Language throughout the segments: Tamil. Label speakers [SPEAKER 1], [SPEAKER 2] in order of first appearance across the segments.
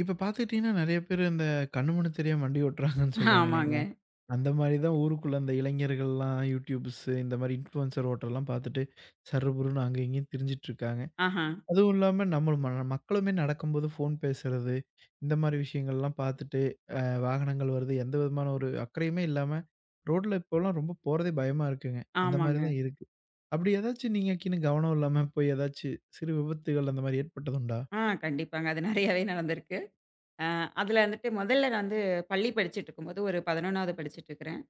[SPEAKER 1] இப்ப பார்த்துக்கிட்டீங்கன்னா, நெறைய பேர் இந்த கண்ணு மூடின தெரியாம வண்டி ஓட்டுறாங்கன்னு சொல்றாங்க
[SPEAKER 2] ஆமாங்க.
[SPEAKER 1] இல்லைங்களா? அந்த மாரி தான் ஊருக்குள்ள இந்த இளைஞர்கள்லாம் யூடியூப்ஸ் இந்த மாரி இன்ஃப்ளூயன்சர் ஓட்டுறதெல்லாம் பார்த்துட்டு சர்ருபுருன்னு அங்க இங்கேயும் திரிஞ்சுட்டு இருக்காங்க.
[SPEAKER 2] ஆஹா.
[SPEAKER 1] அதுவும் இல்லாம நம்ம மக்களுமே நடக்கும்போது ஃபோன் பேசுறது, இந்த மாரி விஷயங்கள்லாம் பார்த்துட்டு அ வாகனங்கள் வருது. எந்த விதமான ஒரு அக்கறையுமே இல்லாம ரோட்ல இப்போலாம் ரொம்ப போறதே பயமா இருக்குங்க. அந்த மாரி
[SPEAKER 2] ஆமாங்க.
[SPEAKER 1] தான் இருக்கு. அப்படி ஏதாச்சும் நீங்கக்கின்னு கவனம் இல்லாம போய் ஏதாச்சு சிறு விபத்துகள் அந்த மாரி ஏற்பட்டதுண்டா?
[SPEAKER 2] ஆ கண்டிப்பாங்க. அது நெறையாவே நடந்திருக்கு. அ அதுல வந்துட்டு முதல்ல நான் வந்து பள்ளி படிச்சுட்டுருக்கும்போது, ஒரு 11வது படிச்சுட்டுருக்கிறேன்.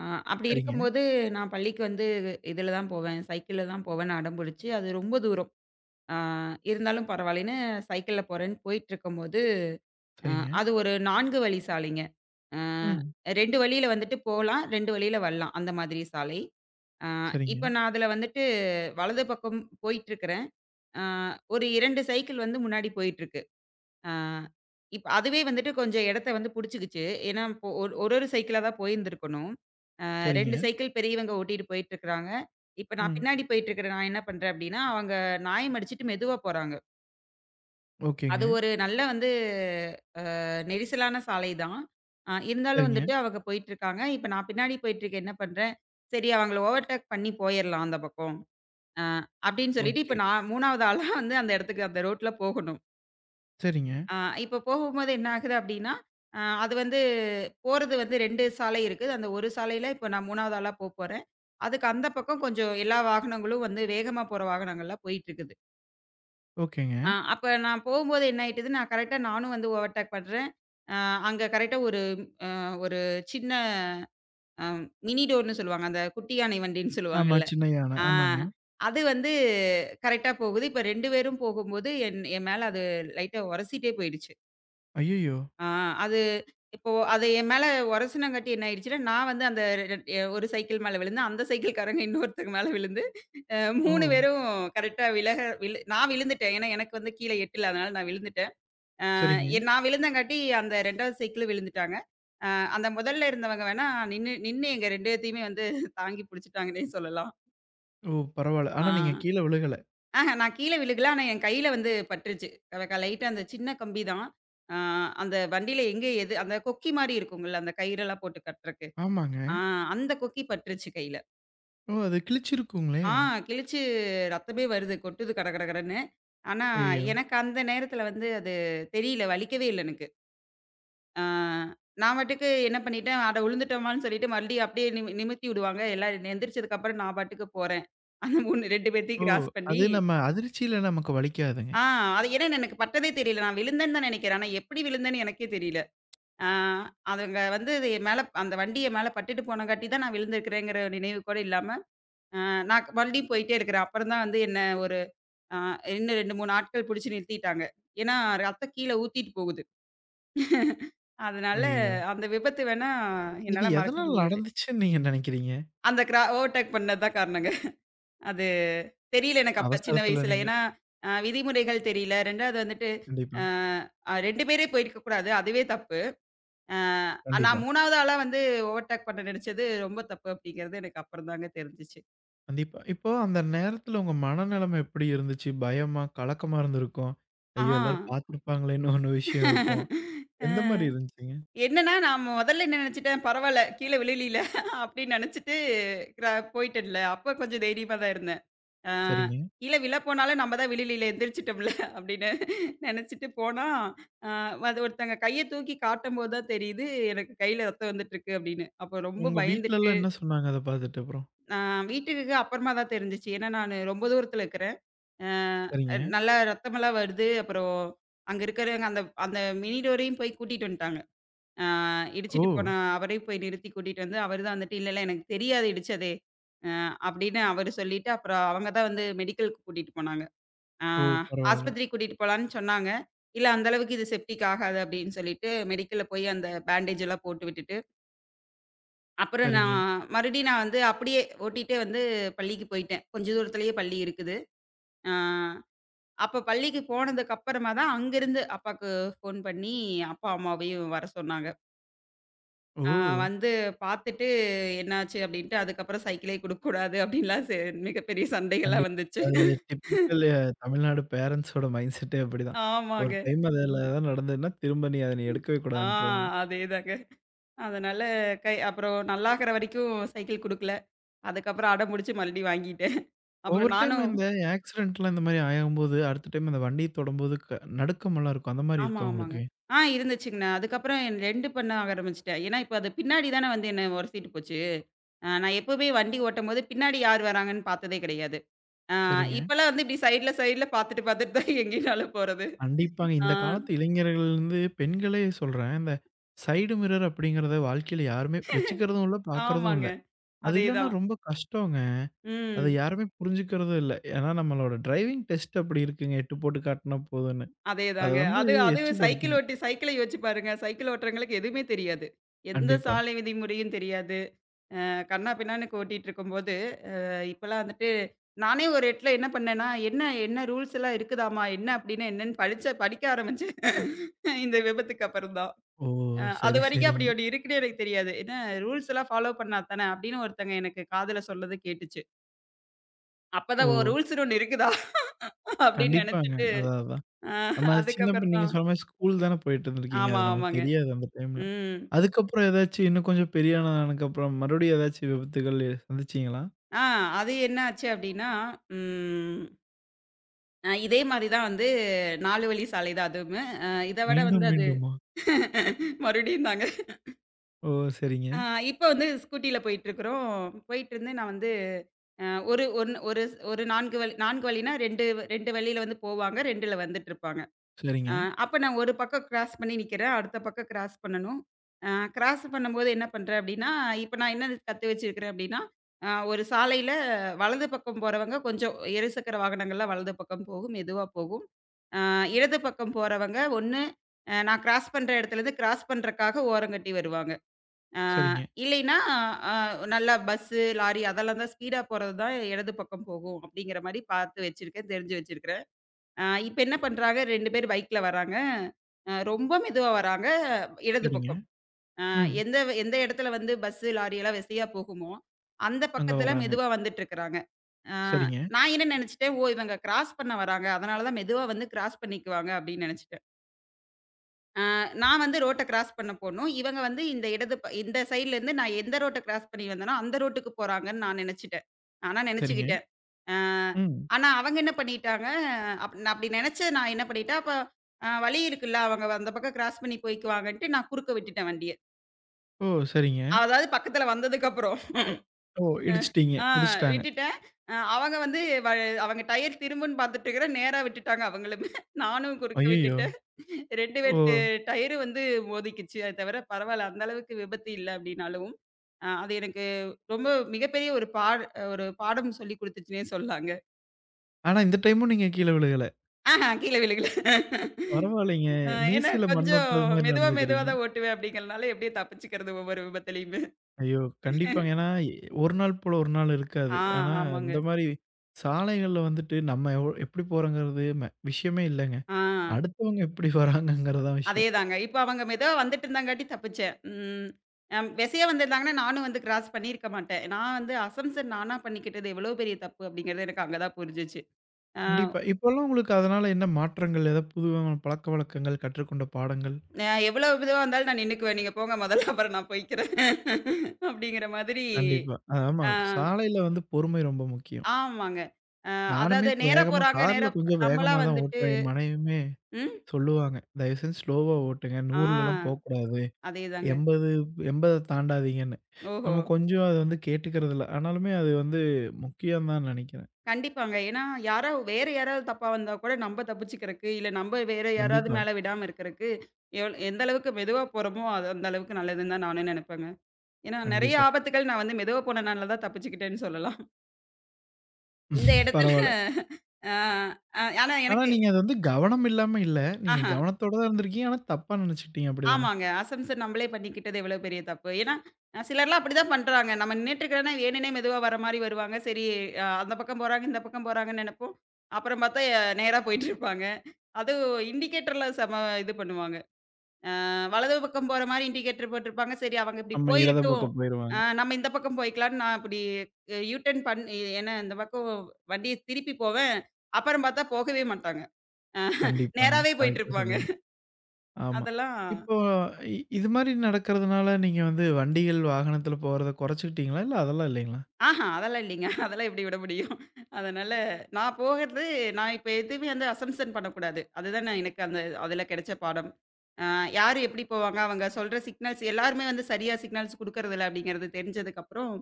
[SPEAKER 2] அ அப்படி
[SPEAKER 1] சரிங்க,
[SPEAKER 2] இருக்கும்போது நான் பள்ளிக்கு வந்து இதுல தான் போவேன். சைக்கிள்ல தான் போவேன்னு அடம்புடிச்சு, அது ரொம்ப தூரம். அ இருந்தாலும் பரவாயில்லன்னு சைக்கிள்ல போறேன்னு போயிட்டுருக்கும்போது, அ
[SPEAKER 1] சரிங்க.
[SPEAKER 2] அது ஒரு 4 வழி சாலைங்க. அ
[SPEAKER 1] ம்.
[SPEAKER 2] 2 வழியில வந்துட்டு போலாம், 2 வழியில வரலாம். அந்த மாதிரி சாலை. அ
[SPEAKER 1] சரிங்க.
[SPEAKER 2] இப்ப நான் அதுல வந்துட்டு வலது பக்கம் போயிட்டு இருக்கிறேன். அ ஒரு 2 சைக்கிள் வந்து முன்னாடி போயிட்டுருக்கு. அ இப்ப அதுவே வந்துட்டு கொஞ்சம் இடத்த வந்து புடிச்சுக்குச்சு. ஏன்னா, இப்போ ஒரு ஒரு ஒரு சைக்கிளா தான் போயிருந்திருக்கணும்.
[SPEAKER 1] சரிங்க.
[SPEAKER 2] 2 சைக்கிள் பெரியவங்க ஓட்டிட்டு போயிட்டுருக்காங்க. இப்ப நான்
[SPEAKER 1] ம்.
[SPEAKER 2] பின்னாடி போயிட்டுருக்கிறேன். நான் என்ன பண்றேன் அப்டின்னா, அவங்க நாயம் அடிச்சுட்டு மெதுவா போறாங்க.
[SPEAKER 1] ஓகேங்க.
[SPEAKER 2] அது ஒரு நல்ல வந்து அ நெரிசலான சாலை தான். இருந்தாலும்
[SPEAKER 1] சரிங்க.
[SPEAKER 2] வந்துட்டு அவங்க போயிட்டுருக்காங்க. இப்ப நான் பின்னாடி போயிட்டுருக்கேன் என்ன பண்றேன், சரி அவங்கள ஓவர்டேக் பண்ணி போயிரலாம் அந்த பக்கம். ஆ அப்படின்னு சொல்லிட்டு இப்ப
[SPEAKER 1] ஓகே.
[SPEAKER 2] நான் 3வது ஆளா வந்து அந்த இடத்துக்கு அந்த ரோட்ல போகணும்.
[SPEAKER 1] சரிங்க.
[SPEAKER 2] ஆ இப்ப போகும்போது என்ன ஆகுது அப்படின்னா, அது வந்து போறது வந்து 2 சாலை இருக்குது. அந்த ஒரு சாலையில இப்ப நான் 3வது ஆளா போப்போறேன். அதுக்கு அந்த பக்கம் கொஞ்சம் எல்லா வாகனங்களும் வந்து வேகமா போற வாகனங்கள்லாம் போயிட்டுருக்குது.
[SPEAKER 1] ஓகேங்க.
[SPEAKER 2] அப்ப நான் போகும்போது என்ன ஆயிட்டுது, நான் கரெக்ட்டா நானும் வந்து ஓவர்டேக் பண்றேன். அ அங்க கரெக்ட்டா அ ஒரு சின்ன அ மினி டோர்ன்னு சொல்லுவாங்க. அந்த குட்டி யானை வண்டின்னு
[SPEAKER 1] ஆமா.
[SPEAKER 2] சொல்லுவாங்கல்ல.
[SPEAKER 1] சின்ன யானை.
[SPEAKER 2] ஆ.
[SPEAKER 1] ஆமாங்க.
[SPEAKER 2] அது வந்து கரெக்ட்டா போகுது. இப்ப 2 பேரும் போகும்போது, என் என் மேல அது லைட்டா உரசிட்டே போயிடுச்சு.
[SPEAKER 1] ஐயய்யோ!
[SPEAKER 2] ஆ அது இப்போ அது என் மேல உரசுனங்காட்டி என்ன ஆயிடுச்சுன்னா, நான் வந்து அந்த ரெ ரெ- எ ஒரு சைக்கிள் மேல விழுந்து, அந்த சைக்கிள்காரங்க இன்னொருத்தங்க மேல விழுந்து, அ
[SPEAKER 1] ஓ!
[SPEAKER 2] 3 பேரும் கரெக்ட்டா விலக விழு நான் விழுந்துட்டேன். ஏன்னா, எனக்கு வந்து கீழ எட்டல. அதனால நான் விழுந்துட்டேன். அ
[SPEAKER 1] சரிங்க.
[SPEAKER 2] என் நான் விழுந்தங்காட்டி அந்த 2வது சைக்கிளும் விழுந்துட்டாங்க. அ அந்த முதல்ல இருந்தவங்க வேணா நின்னு நின்னு எங்க 2 பேத்தையுமே வந்து தாங்கி புடிச்சுட்டாங்கன்னே சொல்லலாம்.
[SPEAKER 1] ஓ! பரவால்ல. ஆனா
[SPEAKER 2] ஆ.
[SPEAKER 1] நீங்க கீழ விழுகல.
[SPEAKER 2] நான் கீழ விழுகல. ஆனா என் கையில வந்து பட்டுருச்சு. லைட்டா அந்த சின்ன கம்பி தான். ஆ அந்த வண்டியில எங்க எது அந்த கொக்கி மாரி இருக்குங்கல்ல, அந்த கயிறெல்லாம் போட்டு கட்டுறக்கு.
[SPEAKER 1] ஆமாங்க.
[SPEAKER 2] ஆ அந்த கொக்கி பட்டுருச்சு கையில.
[SPEAKER 1] ஓ! அது கிழிச்சிருக்குங்களே!
[SPEAKER 2] ஆ கிழிச்சு ரத்தமே வருது, கொட்டுது கட கட கடன்னு. ஆனா
[SPEAKER 1] ஐயய்யோ!
[SPEAKER 2] எனக்கு அந்த நேரத்துல வந்து அது தெரியல, வலிக்கவே இல்ல எனக்கு. ஆ நான் பாட்டுக்கு என்ன பண்ணிட்டேன், அட விழுந்துட்டோமான்னு சொல்லிட்டு மறுபடியும் அப்படியே நிமித்தி விடுவாங்க. எல்லாரும் எந்திரிச்சதுக்கப்புறம் நான் பாட்டுக்கு போறேன். அந்த 3 2 பேத்தையும்
[SPEAKER 1] ஓ!
[SPEAKER 2] கிராஸ் பண்ணி.
[SPEAKER 1] அது நம்ம அதிர்ச்சியில நமக்கு வலிக்காதுங்க.
[SPEAKER 2] ஆ. அது என்னன்னு எனக்கு பட்டதே தெரியல. நான் விழுந்தேன்னு தான் நெனைக்கிறேன். ஆனா எப்படி விழுந்தேன்னு எனக்கே தெரியல. ஆ அதுங்க வந்து இது என் மேல அந்த வண்டிய மேல பட்டுட்டு போனங்காட்டி தான் நான் விழுந்திருக்கிறேங்கிற நினைவு கூட இல்லாம, ஆ நான் மறுபடியும் போயிட்டே இருக்கிறேன். அப்புறம் தான் வந்து என்ன ஒரு ஆ இன்னும் 2, 3 ஆட்கள் புடிச்சு நிறுத்திட்டாங்க. ஏன்னா ரத்தம் கீழ ஊத்திட்டு போகுது. அதனால
[SPEAKER 1] ஐயய்யோ!
[SPEAKER 2] அந்த விபத்து வேணா
[SPEAKER 1] இது
[SPEAKER 2] என்னால மறக்க
[SPEAKER 1] எதனால
[SPEAKER 2] முடியாது.
[SPEAKER 1] நடந்துச்சுன்னு நீங்க நெனைக்கிறீங்க?
[SPEAKER 2] அந்த கிரா ஓவர்டேக் பண்ணது தான் காரணங்க. அது தெரியல எனக்கு அப்ப சின்ன
[SPEAKER 1] அவசரத்துல
[SPEAKER 2] வயசுல.
[SPEAKER 1] நீங்க
[SPEAKER 2] ஏன்னா, விதிமுறைகள் தெரியல. 2வது வந்துட்டு,
[SPEAKER 1] கண்டிப்பா,
[SPEAKER 2] அ அ 2 பேரே போயிருக்க கூடாது. அதுவே தப்பு. அ
[SPEAKER 1] கண்டிப்பா,
[SPEAKER 2] நான் 3வது ஆளா வந்து ஓவர்டேக் பண்ண நினைச்சது ரொம்ப தப்பு அப்படிங்கிறது எனக்கு அப்புறம் தாங்க தெரிஞ்சுச்சு.
[SPEAKER 1] கண்டிப்பா. இப்போ அந்த நேரத்துல உங்க மனநிலைமை எப்படி இருந்துச்சு? பயமா, கலக்கமா இருந்திருக்கும்.
[SPEAKER 2] ஆ.
[SPEAKER 1] ஐயோ! எல்லாரும் பார்த்துருப்பாங்களேன்னு 1 விஷயம் இருக்கும். எந்த மாரி
[SPEAKER 2] அ
[SPEAKER 1] இருந்துச்சுங்க?
[SPEAKER 2] என்னன்னா, நான் முதல்ல என்ன நினைச்சுட்டேன், பரவால்ல கீழ விழலில அப்படின்னு நினைச்சுட்டு, போயிட்டேன்ல. அப்ப கொஞ்சம் தைரியமா தான் இருந்தேன். ஆ,
[SPEAKER 1] சரிங்க.
[SPEAKER 2] இல்ல விழ போனாலும் நம்ம தான் விழுலில எந்திரிச்சிட்டோம்ல அப்படின்னு நினைச்சிட்டு போனா, ஆ அது ஒருத்தங்க கைய தூக்கி காட்டும்போது தான் தெரியுது, எனக்கு கையில ரத்தம் வந்துட்டுருக்கு அப்படின்னு. அப்போ ரொம்ப
[SPEAKER 1] உங்க
[SPEAKER 2] பயந்துட்டு,
[SPEAKER 1] வீட்லலாம் என்ன சொன்னாங்க அத பார்த்துட்டு அப்புறம்?
[SPEAKER 2] நான் வீட்டுக்கு அப்புறமா தான் தெரிஞ்சுச்சு. ஏன்னா நானு ரொம்ப தூரத்துல இருக்கிறேன். ஆ
[SPEAKER 1] சரிங்க.
[SPEAKER 2] நல்லா ரத்தமெல்லாம் வருது. அப்புறம் அங்க இருக்கிறவங்க அந்த அந்த மினிடோரையும் போய் கூட்டிட்டு வந்துட்டாங்க. ஆ
[SPEAKER 1] ஓ!
[SPEAKER 2] இடிச்சிட்டு போன அவரையும் போய் நிறுத்தி கூட்டிட்டு வந்து, அவரு தான் வந்துட்டு, "இல்ல, இல்ல எனக்கு தெரியாது இடிச்சதே" ஆ அப்படின்னு அவரு சொல்லிட்டு, அப்புறம் அவங்க தான் வந்து மெடிக்கலுக்கு கூட்டிட்டு போனாங்க. ஆ
[SPEAKER 1] ஓ! பரவால்ல.
[SPEAKER 2] ஆஸ்பத்திரிக்கு கூட்டிட்டு போலான்னு சொன்னாங்க. இல்ல அந்த அளவுக்கு இது செப்டிக் ஆகாது அப்டின்னு சொல்லிட்டு, மெடிக்கல்ல போய் அந்த பேண்டேஜ் எல்லாம் போட்டு விட்டுட்டு, அப்புறம்
[SPEAKER 1] சரிங்க.
[SPEAKER 2] நான் மறுபடியும் நான் வந்து அப்படியே ஓட்டிட்டே வந்து பள்ளிக்கு போயிட்டேன். கொஞ்சம் தூரத்திலேயே பள்ளி இருக்குது. ஆ அப்ப பள்ளிக்கு போனதுக்கு அப்புறமா தான் அங்கருந்து அப்பாக்கு ஃபோன் பண்ணி, அப்பா, அம்மாவையும் வர சொன்னாங்க.
[SPEAKER 1] ஓ!
[SPEAKER 2] ஆ வந்து பாத்துட்டு என்னாச்சு அப்டின்ட்டு, அதுக்கப்புறம் சைக்கிளே குடுக்கக்கூடாது அப்டின்லாம் மிகப்பெரிய சண்டைகள்லாம்
[SPEAKER 1] கண்டிப்பா.
[SPEAKER 2] வந்துச்சு.
[SPEAKER 1] அது டிப்பிக்கல் தமிழ்நாடு பேரண்ட்ஸோட மைண்ட் செட்டே அப்படிதான். ஒரு
[SPEAKER 2] ஆமாங்க.
[SPEAKER 1] டைம் அதுல ஏதாவது நடந்ததுன்னா, திரும்ப நீ அத நீ எடுக்கவே
[SPEAKER 2] ஆ
[SPEAKER 1] கூடாதுன்ருவாங்க.
[SPEAKER 2] அதேதாங்க. அதனால கை அப்புறம் நல்லாகுற வரைக்கும் சைக்கிள் குடுக்கல. அதுக்கப்புறம் அடம் புடிச்சு மறுபடியும் வாங்கிட்டேன். அப்புறம்
[SPEAKER 1] ஒவ்வொரு டைம்
[SPEAKER 2] நானும்
[SPEAKER 1] இந்த ஆக்சிடென்ட்லாம் இந்த மாரி ஆகும்போது, அடுத்த டைம் அந்த வண்டிய தொடம்போது நடுக்கமெல்லாம் இருக்கும். அந்த மாரி
[SPEAKER 2] ஆமா,
[SPEAKER 1] இருக்கா
[SPEAKER 2] ஆமாங்க.
[SPEAKER 1] உங்களுக்கு?
[SPEAKER 2] இருந்துச்சுங்கண்ணா. அதுக்கப்புறம் என் 2 பண்ண ஆரம்பிச்சுட்டேன். ஏன்னா, இப்ப அது பின்னாடி தானே வந்து என்ன உரசிட்டு போச்சு. நான் எப்பவுமே வண்டி ஓட்டும்போது பின்னாடி யார் வராங்கன்னு பார்த்ததே கிடையாது. ஆ
[SPEAKER 1] சரிங்க.
[SPEAKER 2] இப்பலாம் வந்து இப்படி சைடுல, சைடுல பார்த்துட்டு, பார்த்துட்டு தான் எங்கேனாலும் போறது.
[SPEAKER 1] கண்டிப்பாங்க.
[SPEAKER 2] ஆ
[SPEAKER 1] இந்த காலத்து இளைஞர்கள்லருந்து பெண்களே சொல்றேன். இந்த சைடு மிரர் அப்படிங்கிறத வாழ்க்கையில யாருமே வச்சுக்கிறதும் இல்ல, பார்க்கறதும்
[SPEAKER 2] ஆமாங்க.
[SPEAKER 1] இல்ல. அது இல்லன்னா
[SPEAKER 2] அதேதான்.
[SPEAKER 1] ரொம்ப கஷ்டங்க. அத
[SPEAKER 2] ம்.
[SPEAKER 1] யாருமே புரிஞ்சுக்கிறதும் இல்ல. ஏன்னா நம்மளோட டிரைவிங் டெஸ்ட் அப்படி இருக்குங்க. 8 போட்டு காட்டுனா போதும்ன்னு. அத
[SPEAKER 2] அதேதாங்க.
[SPEAKER 1] வந்து
[SPEAKER 2] அது அதுவும் சைக்கிள்
[SPEAKER 1] எச்சுப்படுத்தணும்.
[SPEAKER 2] ஓட்டி சைக்கிள யோசிச்சு பாருங்க. சைக்கிள் ஓட்டுறவங்களுக்கு எதுவுமே தெரியாது. எந்த
[SPEAKER 1] கண்டிப்பா.
[SPEAKER 2] சாலை விதிமுறையும் தெரியாது. கன்னா பின்னான்னு ஓட்டிட்டு இருக்கும்போது, இப்பலாம் வந்துட்டு நானே ஒரு இடத்துல என்ன பண்ணேன்னா, என்ன என்ன ரூல்ஸ் எல்லாம் இருக்குதாம்மா? என்ன அப்டின்னா என்னன்னு படிக்க ஆரம்பிச்சேன். இந்த விபத்துக்கு அப்புறம் தான்.
[SPEAKER 1] ஓ! சரி,
[SPEAKER 2] அதுவரைக்கும்
[SPEAKER 1] சரிங்க.
[SPEAKER 2] அப்டி ஒண்ணு இருக்குன்னே எனக்கு தெரியாது. என்ன ரூல்ஸ் எல்லாம் ஃபாலோ பண்ணா தானே அப்டின்னு ஒருத்தங்க எனக்கு காதுல சொன்னது கேட்டுச்சு.
[SPEAKER 1] ஓ!
[SPEAKER 2] அப்பதான் ஓ! ரூல்ஸ்ன்னு ஒண்ணு இருக்குதா? அப்டின்னு
[SPEAKER 1] கண்டிப்பாங்க.
[SPEAKER 2] நெனச்சுட்டு
[SPEAKER 1] அதான், அதான்.
[SPEAKER 2] அ
[SPEAKER 1] நம்ம அது சின்ன
[SPEAKER 2] அதுக்கப்புறம்
[SPEAKER 1] நீங்க
[SPEAKER 2] தான்
[SPEAKER 1] சொன்ன மாரி ஸ்கூல் தானே போயிட்டு இருந்திருக்கீங்க.
[SPEAKER 2] ஆமா,
[SPEAKER 1] அது நமக்கு
[SPEAKER 2] ஆமாங்க.
[SPEAKER 1] தெரியாது அந்த டைம்ல.
[SPEAKER 2] ம்.
[SPEAKER 1] அதுக்கப்புறம் ஏதாச்சும் இன்னும் கொஞ்சம் பெரியாள் ஆனதுக்கப்புறம் மறுபடியும் ஏதாச்சும் விபத்துகள் சந்திச்சீங்களா?
[SPEAKER 2] ஆ அது என்ன ஆச்சு அப்டின்னா, ம். இதே மாரி தான் வந்து 4 வழி சாலை தான் அதுவுமே. அ இத விட வந்து
[SPEAKER 1] மீண்டும்,
[SPEAKER 2] அது
[SPEAKER 1] மீண்டுமா?
[SPEAKER 2] மறுபடியும் தாங்க.
[SPEAKER 1] ஓ! சரிங்க,
[SPEAKER 2] அ இப்ப வந்து ஸ்கூட்டில போயிட்டுருக்குறோம். போயிட்டுருந்து நான் வந்து அ ஒரு ஒண்ணு ஒரு ஒரு 4 வழி 4 வழினா 2 வழியில வந்து போவாங்க. 2ல வந்துட்டுருப்பாங்க.
[SPEAKER 1] சரிங்க,
[SPEAKER 2] ஆ அப்ப நான் ஒரு பக்கம் கிராஸ் பண்ணி நிக்கிறேன். அடுத்த பக்கம் கிராஸ் பண்ணணும். அ கிராஸ் பண்ணும்போது என்ன பண்றேன் அப்டின்னா, இப்ப நான் என்ன கத்து வச்சிருக்கிறேன் அப்டின்னா, ஒரு சாலையில வலது பக்கம் போறவங்க கொஞ்சம் இருசக்கர வாகனங்கள்லாம் வலது பக்கம் போகும். மெதுவா போகும். அ இடது பக்கம் போறவங்க ஒண்ணு நான் கிராஸ் பண்ற இடத்துலேருந்து கிராஸ் பண்றக்காக ஓரங்கட்டி வருவாங்க. அ
[SPEAKER 1] சரிங்க,
[SPEAKER 2] இல்லைன்னா, அ நல்லா பஸ்ஸு, லாரி அதெல்லாம் தான் ஸ்பீடா போறது தான் இடது பக்கம் போகும். அப்டிங்கிற மாரி பார்த்து வச்சிருக்கேன். தெரிஞ்சு வச்சிருக்கிறேன். இப்ப என்ன பண்றாங்க 2 பேர் பைக்ல வராங்க. ரொம்ப மெதுவா வராங்க. இடது
[SPEAKER 1] சரிங்க.
[SPEAKER 2] பக்கம். அ
[SPEAKER 1] ம்.
[SPEAKER 2] எந்த எந்த இடத்துல வந்து பஸ்ஸு, லாரி எல்லாம் வசதியா போகுமோ, அந்த
[SPEAKER 1] அங்க
[SPEAKER 2] பக்கத்துல
[SPEAKER 1] வராங்க.
[SPEAKER 2] மெதுவா வந்துட்டுருக்குறாங்க. அ
[SPEAKER 1] சரிங்க,
[SPEAKER 2] நான் என்ன நெனச்சுட்டேன், ஓ! இவங்க கிராஸ் பண்ண வராங்க. அதனால தான் மெதுவா வந்து கிராஸ் பண்ணிக்குவாங்க அப்படின்னு நெனச்சுட்டேன். நான் வந்து ரோட்ட கிராஸ் பண்ண போணும். இவங்க வந்து இந்த இடது ப இந்த சைட்லருந்து நான் எந்த ரோட்ட கிராஸ் பண்ணி வந்தேனோ, அந்த ரோட்டுக்கு போறாங்கன்னு நான் நெனச்சுட்டேன். ஆனா
[SPEAKER 1] சரிங்க.
[SPEAKER 2] நெனச்சுக்கிட்டேன். ஆ.
[SPEAKER 1] ம்.
[SPEAKER 2] ஆனா அவங்க என்ன பண்ணிட்டாங்க, நான் அப்படி நெனச்சு நான் என்ன பண்ணிட்டேன், அப்ப வழி இருக்குல்ல, அவங்க அந்த பக்கம் கிராஸ் பண்ணி போய்க்குவாங்கன்ட்டு நான் குறுக்க விட்டுட்டேன் வண்டிய.
[SPEAKER 1] ஓ! சரிங்க.
[SPEAKER 2] அதாவது பக்கத்துல வந்ததுக்கப்புறம்.
[SPEAKER 1] ஓ!
[SPEAKER 2] அ,
[SPEAKER 1] இடிச்சுட்டீங்க.
[SPEAKER 2] ஆ
[SPEAKER 1] இடிச்சுட்டாங்க.
[SPEAKER 2] விட்டுட்டேன். அவங்க வந்து வ அவங்க டயர் திரும்புன்னு பாத்துட்டு இருக்கிறேன், நேரா விட்டுட்டாங்க அவங்களுமே. நானும் குறுக்க
[SPEAKER 1] அய்யய்யோ!
[SPEAKER 2] விட்டுட்டேன். 2
[SPEAKER 1] ஓ!
[SPEAKER 2] பேத்து டயரும் வந்து மோதிக்கிச்சு. அது தவிர பரவால்ல, அந்த அளவுக்கு விபத்து இல்ல அப்படின்னாலும். அது எனக்கு ரொம்ப மிகப்பெரிய ஒரு பாடம் சொல்லிக் குடுத்துச்சுன்னே சொல்லாங்க.
[SPEAKER 1] ஆனா இந்த டைமும் நீங்க கீழ விழுகல.
[SPEAKER 2] கீழ விழுகல.
[SPEAKER 1] பரவாயில்லைங்க.
[SPEAKER 2] ஏன்னா
[SPEAKER 1] மீசையில மண்
[SPEAKER 2] கொஞ்சம்
[SPEAKER 1] ஒட்டாத மாரி
[SPEAKER 2] மெதுவா, மெதுவா
[SPEAKER 1] நடந்துக்கிறீங்க.
[SPEAKER 2] தான் ஓட்டுவேன் அப்படிங்கிறனால எப்படியும் தப்பிச்சுக்கிறது ஒவ்வொரு விபத்துலயுமே.
[SPEAKER 1] ஐயோ! கண்டிப்பாங்க. ஏன்னா, ஒரு நாள் போல ஒரு நாள் இருக்காது.
[SPEAKER 2] ஆ
[SPEAKER 1] ஆனா,
[SPEAKER 2] ஆமாங்க.
[SPEAKER 1] இந்த மாரி சாலைகள்ல வந்துட்டு நம்ம எப்படி போறோங்கிறது விஷயமே இல்லங்க.
[SPEAKER 2] ஆ
[SPEAKER 1] அடுத்தவங்க எப்படி வராங்கங்கிறது தான் விஷயம்.
[SPEAKER 2] அதேதாங்க. இப்ப அவங்க மெதுவா வந்துட்டு இருந்தாங்காட்டி தப்பிச்சேன். ம். வெசையா வந்திருந்தாங்கன்னா, நானும் வந்து கிராஸ் பண்ணியிருக்க மாட்டேன். நான் வந்து அசம்ப்ஷன் நானா பண்ணிக்கிட்டது எவ்வளோ பெரிய தப்பு அப்படிங்கிறது எனக்கு அங்க தான் புரிஞ்சுச்சு. ஆ
[SPEAKER 1] கண்டிப்பா. இப்போலாம் உங்களுக்கு அதனால என்ன மாற்றங்கள், ஏதாவது புதுவிதமான பழக்கவழக்கங்கள், கற்றுக்கொண்ட பாடங்கள்?
[SPEAKER 2] நான் எவ்வளோ மெதுவா வந்தாலும் நான் நின்னுக்குவேன். நீங்க போங்க மொதல்ல, அப்புறம் நான் போய்க்கிறேன். அப்படிங்கிற மாதிரி.
[SPEAKER 1] கண்டிப்பா. ஆமா.
[SPEAKER 2] ஆ
[SPEAKER 1] சாலையில வந்து பொறுமை ரொம்ப முக்கியம்.
[SPEAKER 2] ஆமாங்க. அ
[SPEAKER 1] நானுமே
[SPEAKER 2] அதாவது நேரா
[SPEAKER 1] வேகமா
[SPEAKER 2] போறாங்க,
[SPEAKER 1] கார்ல
[SPEAKER 2] நேரா
[SPEAKER 1] கொஞ்சம்
[SPEAKER 2] நம்மளா
[SPEAKER 1] வேகமா தான்
[SPEAKER 2] வந்துட்டு
[SPEAKER 1] ஓட்டுவேன். என் மனைவியுமே
[SPEAKER 2] ம்.
[SPEAKER 1] சொல்லுவாங்க. "தயவு செஞ்சு ஸ்லோவா ஓட்டுங்க.
[SPEAKER 2] ஆ
[SPEAKER 1] 100லலாம் போக்கூடாது.
[SPEAKER 2] அதேதாங்க.
[SPEAKER 1] 80 80 தாண்டாதீங்கன்னு."
[SPEAKER 2] ஓஹோ!
[SPEAKER 1] நம்ம கொஞ்சம் அத வந்து கேட்டுக்கிறதில்ல. ஆனாலுமே அது வந்து முக்கியம் தான் நெனைக்கிறேன்.
[SPEAKER 2] கண்டிப்பாங்க. ஏன்னா, யாரா வேற யாராவது தப்பா வந்தா கூட நம்ப தப்பிச்சுக்கிறக்கு, இல்ல நம்ப வேற யாராவது
[SPEAKER 1] கண்டிப்பா,
[SPEAKER 2] மேல விடாம இருக்கறக்கு, எந்த அளவுக்கு மெதுவா போறோமோ, அது அந்த அளவுக்கு நல்லதுன்னு தான் நானும் நெனைப்பேங்க. ஏன்னா, நெறைய
[SPEAKER 1] கண்டிப்பா.
[SPEAKER 2] ஆபத்துக்கள் நான் வந்து மெதுவா போனனால தான் தப்பிச்சுக்கிட்டேன்னு சொல்லலாம். இந்த இடத்துல
[SPEAKER 1] பரவால்ல.
[SPEAKER 2] அ, அ ஆனா
[SPEAKER 1] ஆனா
[SPEAKER 2] எனக்கு
[SPEAKER 1] நீங்க அது வந்து கவனம் இல்லாம இல்ல. நீங்க
[SPEAKER 2] ஆஹ.
[SPEAKER 1] கவனத்தோட தான் இருந்திருக்கீங்க. ஆனா தப்பா நெனச்சுக்கிட்டீங்க. அப்படிதானே?
[SPEAKER 2] ஆமாங்க. அசம்ப்ஷன் நம்மளே பண்ணிக்கிட்டது எவ்வளோ பெரிய தப்பு. ஏன்னா, சிலர்லாம் அப்படிதான் பண்றாங்க. நம்ம நின்னுட்டுருக்கிறோன்னா, வேணுன்னே மெதுவா வர மாரி வருவாங்க. சரி அந்த பக்கம் போறாங்க, இந்த பக்கம் போறாங்கன்னு நெனப்போம். அப்புறம் பாத்தா நேரா போயிட்டுருப்பாங்க. அதுவும் இண்டிகேட்டர்லாம் செம இது பண்ணுவாங்க. வலது பக்கம் போற மாரி இண்டிகேட்டர் போட்டிருப்பாங்க. சரி அவங்க இப்படி
[SPEAKER 1] நம்ம இடது
[SPEAKER 2] போயிரட்டும்.
[SPEAKER 1] பக்கம் போயிருவாங்க.
[SPEAKER 2] நம்ம இந்த பக்கம் போய்க்கலான்னு நான் இப்படி யூ டர்ன் பண்ணி ஏன்னா இந்த பக்கம் வண்டிய திருப்பி போவேன். அப்புறம் பாத்தா போகவே மாட்டாங்க. அ
[SPEAKER 1] கண்டிப்பாங்க.
[SPEAKER 2] நேராவே
[SPEAKER 1] கரெக்ட்டா
[SPEAKER 2] போயிட்டுருப்பாங்க.
[SPEAKER 1] சொன்னீங்க. ஆமா.
[SPEAKER 2] அதெல்லாம்
[SPEAKER 1] இப்போ இது மாரி நடக்கிறதுனால நீங்க வந்து வண்டிகள், வாகனத்தில போறத குறைச்சுக்கிட்டீங்களா? இல்ல அதெல்லாம் இல்லைங்களா?
[SPEAKER 2] ஆஹா! அதெல்லாம் இல்லைங்க. அதெல்லாம் எப்படி விட முடியும்? அதனால நான் போகறது நான் இப்ப எதுவுமே வந்து அசம்ப்ஷன் பண்ணக்கூடாது. அதுதானே எனக்கு அந்த அதுல கிடைச்ச பாடம். அ யாரு எப்படி போவாங்க? அவங்க சொல்ற சிக்னல்ஸ் எல்லாருமே வந்து சரியா சிக்னல்ஸ் குடுக்கறதில்ல அப்படிங்கிறது தெரிஞ்சதுக்கப்புறம்,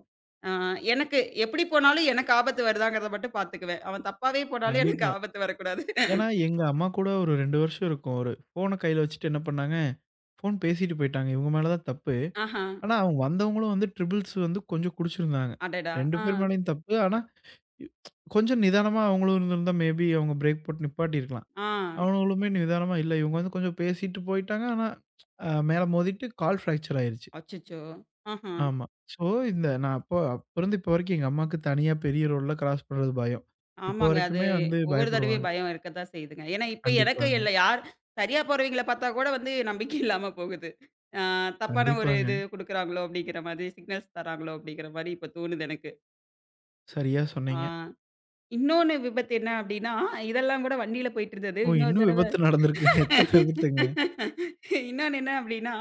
[SPEAKER 2] அ எனக்கு எப்படி போனாலும் எனக்கு ஆபத்து வருதாங்கிறத மட்டும் பார்த்துக்குவேன். அவன் தப்பாவே போனாலும் எனக்கு
[SPEAKER 1] கண்டிப்பா.
[SPEAKER 2] ஆபத்து வரக்கூடாது.
[SPEAKER 1] ஏன்னா எங்க அம்மா கூட ஒரு 2 வருஷம் இருக்கும். ஒரு ஃபோன கையில வச்சுட்டு என்ன பண்ணாங்க, ஃபோன் பேசிட்டு போயிட்டாங்க. இவங்க மேல தான் தப்பு.
[SPEAKER 2] ஆஹா!
[SPEAKER 1] ஆனா அவங்க வந்தவங்களும் வந்து ட்ரிபிள்ஸ் வந்து கொஞ்சம் குடிச்சிருந்தாங்க.
[SPEAKER 2] அடடா!
[SPEAKER 1] 2
[SPEAKER 2] ஆ,
[SPEAKER 1] பேர் மேலயும் தப்பு. ஆனா இ- கொஞ்சம் நிதானமா அவங்களும் இருந்திருந்தா மேபி அவங்க பிரேக் போட்டு நிப்பாட்டியிருக்கலாம்.
[SPEAKER 2] ஆ.
[SPEAKER 1] அவனுங்களுமே நிதானமா இல்ல. இவங்க வந்து கொஞ்சம் பேசிட்டு போயிட்டாங்க. ஆனா மேல மோதிட்டு கால் ஃப்ராக்சர் ஆயிருச்சு.
[SPEAKER 2] அச்சச்சோ! ஆஹா!
[SPEAKER 1] ஆமா. ஸோ, இந்த நான் அப்ப இருந்து இப்ப வரைக்கும் எங்க அம்மாக்கு தனியா பெரிய ரோடுல கிராஸ் பண்றது பயம். இப்போ
[SPEAKER 2] ஆமாங்க. அது
[SPEAKER 1] வரைக்குமே வந்து
[SPEAKER 2] ஒவ்வொரு
[SPEAKER 1] பயப்படுவாங்க.
[SPEAKER 2] தடவையும் பயம் இருக்கத்தான் செய்யுதுங்க. ஏன்னா, இப்ப எனக்கு
[SPEAKER 1] கண்டிப்பாங்க,
[SPEAKER 2] இல்ல. யார் சரியா போறவங்கள பார்த்தா கூட வந்து நம்பிக்கை இல்லாம போகுது. ஆ தப்பான ஒரு
[SPEAKER 1] கண்டிப்பாங்க.
[SPEAKER 2] இது குடுக்குறாங்களோ அப்படிங்கிற மாதிரி, சிக்னல்ஸ் தராங்களோ அப்படிங்கிற மாரி இப்ப தோணுது எனக்கு.
[SPEAKER 1] சரியா
[SPEAKER 2] ஆ
[SPEAKER 1] சொன்னீங்க.
[SPEAKER 2] இன்னொன்னு விபத்து என்ன அப்படின்னா, இதெல்லாம் கூட வண்டியில போயிட்டு இருந்தது.
[SPEAKER 1] ஓ!
[SPEAKER 2] இன்னொரு
[SPEAKER 1] இன்னும்
[SPEAKER 2] தடவ
[SPEAKER 1] விபத்து நடந்திருக்கு. எத்தன விபத்துங்க?
[SPEAKER 2] இன்னொன்னு என்ன அப்படின்னா,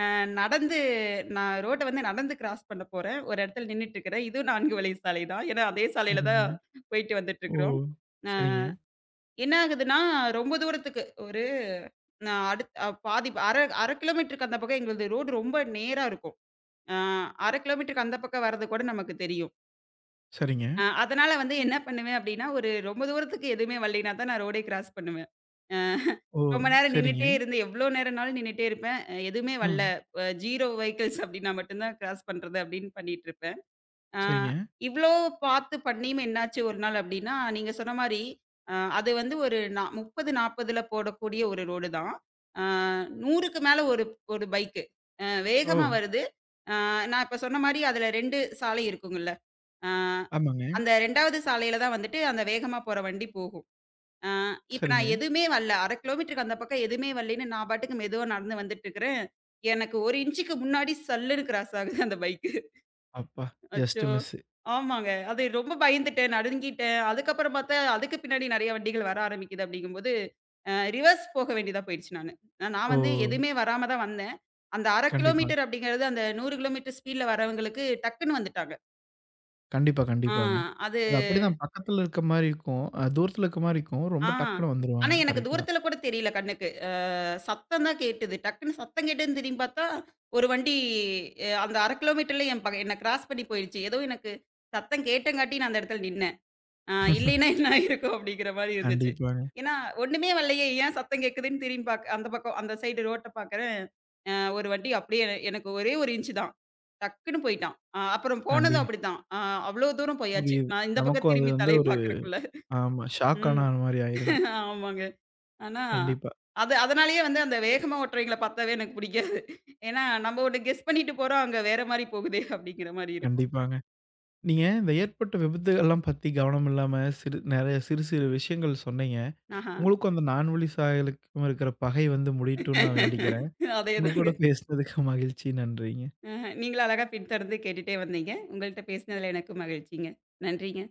[SPEAKER 2] நடந்து நான் ரோட்ட வந்து நடந்து கிராஸ் பண்ண போறேன். ஒரு இடத்துல நின்னுட்டு இருக்கிறேன். இதுவும் 4 வழி சாலை தான். ஏன்னா, அதே சாலையில தான்
[SPEAKER 1] சரிங்க.
[SPEAKER 2] போயிட்டு வந்துட்டு
[SPEAKER 1] ஓ!
[SPEAKER 2] இருக்கிறோம்.
[SPEAKER 1] சரிங்க,
[SPEAKER 2] என்ன ஆகுதுன்னா, ரொம்ப தூரத்துக்கு ஒரு நான் அடுத் அ பாதி அரை 1/2 கிலோமீட்டருக்கு அந்த பக்கம் எங்களுது ரோடு ரொம்ப நேரா இருக்கும். அ அரை கிலோமீட்டருக்கு அந்த பக்கம் வர்றது கூட நமக்கு தெரியும்.
[SPEAKER 1] சரிங்க.
[SPEAKER 2] அதனால வந்து என்ன பண்ணுவேன் அப்டின்னா, ரொம்ப தூரத்துக்கு எதுவுமே வரலைனா தான் நான் ரோடே கிராஸ் பண்ணுவேன். அ
[SPEAKER 1] ஓ!
[SPEAKER 2] ரொம்ப நேரம்
[SPEAKER 1] சரிங்க.
[SPEAKER 2] நின்னுட்டே இருந்து எவ்ளோ நேரம்னாலும் நின்னுட்டே இருப்பேன். எதுவுமே வரல.
[SPEAKER 1] ம்.
[SPEAKER 2] 0 வெஹிக்கிள்ஸ் அப்டின்னா மட்டும் தான் கிராஸ் பண்றது அப்டின்னு பண்ணிட்டுருப்பேன். ஆ,
[SPEAKER 1] சரிங்க.
[SPEAKER 2] இவ்ளோ பார்த்து பண்ணியும் என்னாச்சு ஒரு நாள் அப்டின்னா, நீங்க சொன்ன மாரி, அ அது வந்து ஒரு நா 30, 40ல போடக்கூடிய ஒரு ரோடு தான். ஆ 100க்கு மேல ஒரு ஒரு பைக்கு.
[SPEAKER 1] ஓ!
[SPEAKER 2] வேகமா வருது. ஆ நான் இப்ப சொன்ன மாரி அதுல 2 சாலை இருக்குங்கல்ல. ஆ
[SPEAKER 1] ஆமாங்க.
[SPEAKER 2] அந்த 2வது சாலையில தான் வந்துட்டு அந்த வேகமா போற வண்டி போகும். ஆ இப்ப
[SPEAKER 1] சரிங்க.
[SPEAKER 2] நான் எதுவுமே வரல. அரை கிலோமீட்டருக்கு அந்த பக்கம் எதுவுமே வரலேன்னு நான் பாட்டுக்கு மெதுவா நடந்து வந்துட்டுருக்கிறேன். எனக்கு 1 இன்ச்சுக்கு முன்னாடி சல்லுன்னு கிராஸ் ஆகுது அந்த பைக்கு.
[SPEAKER 1] அப்பா! ஜஸ்ட்
[SPEAKER 2] அச்சோ!
[SPEAKER 1] மிஸ்.
[SPEAKER 2] ஆமாங்க. அது ரொம்ப பயந்துட்டேன், நடுங்கிட்டேன். அதுக்கப்புறம் பார்த்தா, அதுக்கு பின்னாடி நெறைய வண்டிகள் வர ஆரம்பிக்குது அப்படிங்கும்போது, ரிவர்ஸ் போக வேண்டியதா போயிடுச்சு நானு.
[SPEAKER 1] ஓ!
[SPEAKER 2] நான் வந்து எதுவுமே வராம தான் வந்தேன். அந்த அரை
[SPEAKER 1] கண்டிப்பா.
[SPEAKER 2] கிலோமீட்டர் அப்படிங்கிறது அந்த 100 கிலோமீட்டர் ஸ்பீட்ல வரவங்களுக்கு டக்குன்னு வந்துட்டாங்க.
[SPEAKER 1] கண்டிப்பா,
[SPEAKER 2] ஆ
[SPEAKER 1] கண்டிப்பாங்க.
[SPEAKER 2] அது
[SPEAKER 1] அது அப்படிதான் பக்கத்துல இருக்க மாரி இருக்கும். தூரத்துல இருக்க மாரி இருக்கும்.
[SPEAKER 2] ஆ.
[SPEAKER 1] ரொம்ப டக்குனு வந்துருவாங்க.
[SPEAKER 2] ஆனா எனக்கு
[SPEAKER 1] கரெக்ட்டு தான்.
[SPEAKER 2] தூரத்தில கூட தெரியல கண்ணுக்கு. சத்தம் தான் கேட்டுது. டக்குன்னு சத்தம் கேட்டுதுன்னு திரும்பி பார்த்தா, ஒரு வண்டி அந்த அரை கிலோமீட்டர்ல என்ன கிராஸ் பண்ணி போயிடுச்சு. ஏதோ எனக்கு சத்தம் கேட்டங்காட்டி நான் அந்த இடத்துல நின்னேன். இல்லைன்னா என்ன ஆயிருக்கும் அப்படிங்கிற மாரி இருந்துச்சு.
[SPEAKER 1] கண்டிப்பாங்க.
[SPEAKER 2] ஏன்னா, ஒண்ணுமே வரலையே ஏன் சத்தம் கேட்குதுன்னு திரும்பி அந்த பக்கம் அந்த சைடு ரோட்ட பார்க்குறேன். ஒரு வண்டி அப்படியே எனக்கு ஒரே 1 இன்ச் தான். டக்குன்னு போயிட்டான். அப்புறம்
[SPEAKER 1] கண்டி
[SPEAKER 2] போனதும் அப்படித்தான். அவ்வளோ தூரம் போயாச்சு.
[SPEAKER 1] புரியுது.
[SPEAKER 2] நான் இந்த பக்கம்
[SPEAKER 1] நமக்கும் அது
[SPEAKER 2] திரும்பி
[SPEAKER 1] வந்து
[SPEAKER 2] தலைய
[SPEAKER 1] ஒரு
[SPEAKER 2] பார்க்கறக்குள்ள.
[SPEAKER 1] ஆமா. ஷாக் ஆன
[SPEAKER 2] ம்.
[SPEAKER 1] மாரி ஆயிருங்க.
[SPEAKER 2] ஆமாங்க. ஆனா,
[SPEAKER 1] கண்டிப்பா,
[SPEAKER 2] அது அதனாலேயே வந்து அந்த வேகமா ஓட்டுறவைங்கள பார்த்தாவே எனக்கு பிடிக்காது. ஏன்னா, நம்ம ஒண்ணு கெஸ் பண்ணிட்டு போறோம். அங்க வேற மாரி போகுதே அப்படிங்கிற மாரி இருக்கும்.
[SPEAKER 1] கண்டிப்பாங்க. நீங்க இந்த ஏற்பட்ட விபத்துகள்லாம் பத்தி கவனம் இல்லாம, சிறு நெறைய சிறு சிறு விஷயங்கள் சொன்னீங்க.
[SPEAKER 2] ஆஹா.
[SPEAKER 1] உங்களுக்கும் அந்த நான்வழி சாயலுக்கும் இருக்கிற பகை வந்து முடியட்டும்னு நான் வேண்டிக்கிறேன். உங்க
[SPEAKER 2] அதேதாங்க.
[SPEAKER 1] கூட பேசினதுக்கு மகிழ்ச்சி. நன்றிங்க.
[SPEAKER 2] ஆஹ. நீங்களும் அழகா பின்தொடர்ந்து கேட்டுட்டே வந்தீங்க. உங்கள்ட்ட பேசினதுல எனக்கும் மகிழ்ச்சிங்க. நன்றிங்க.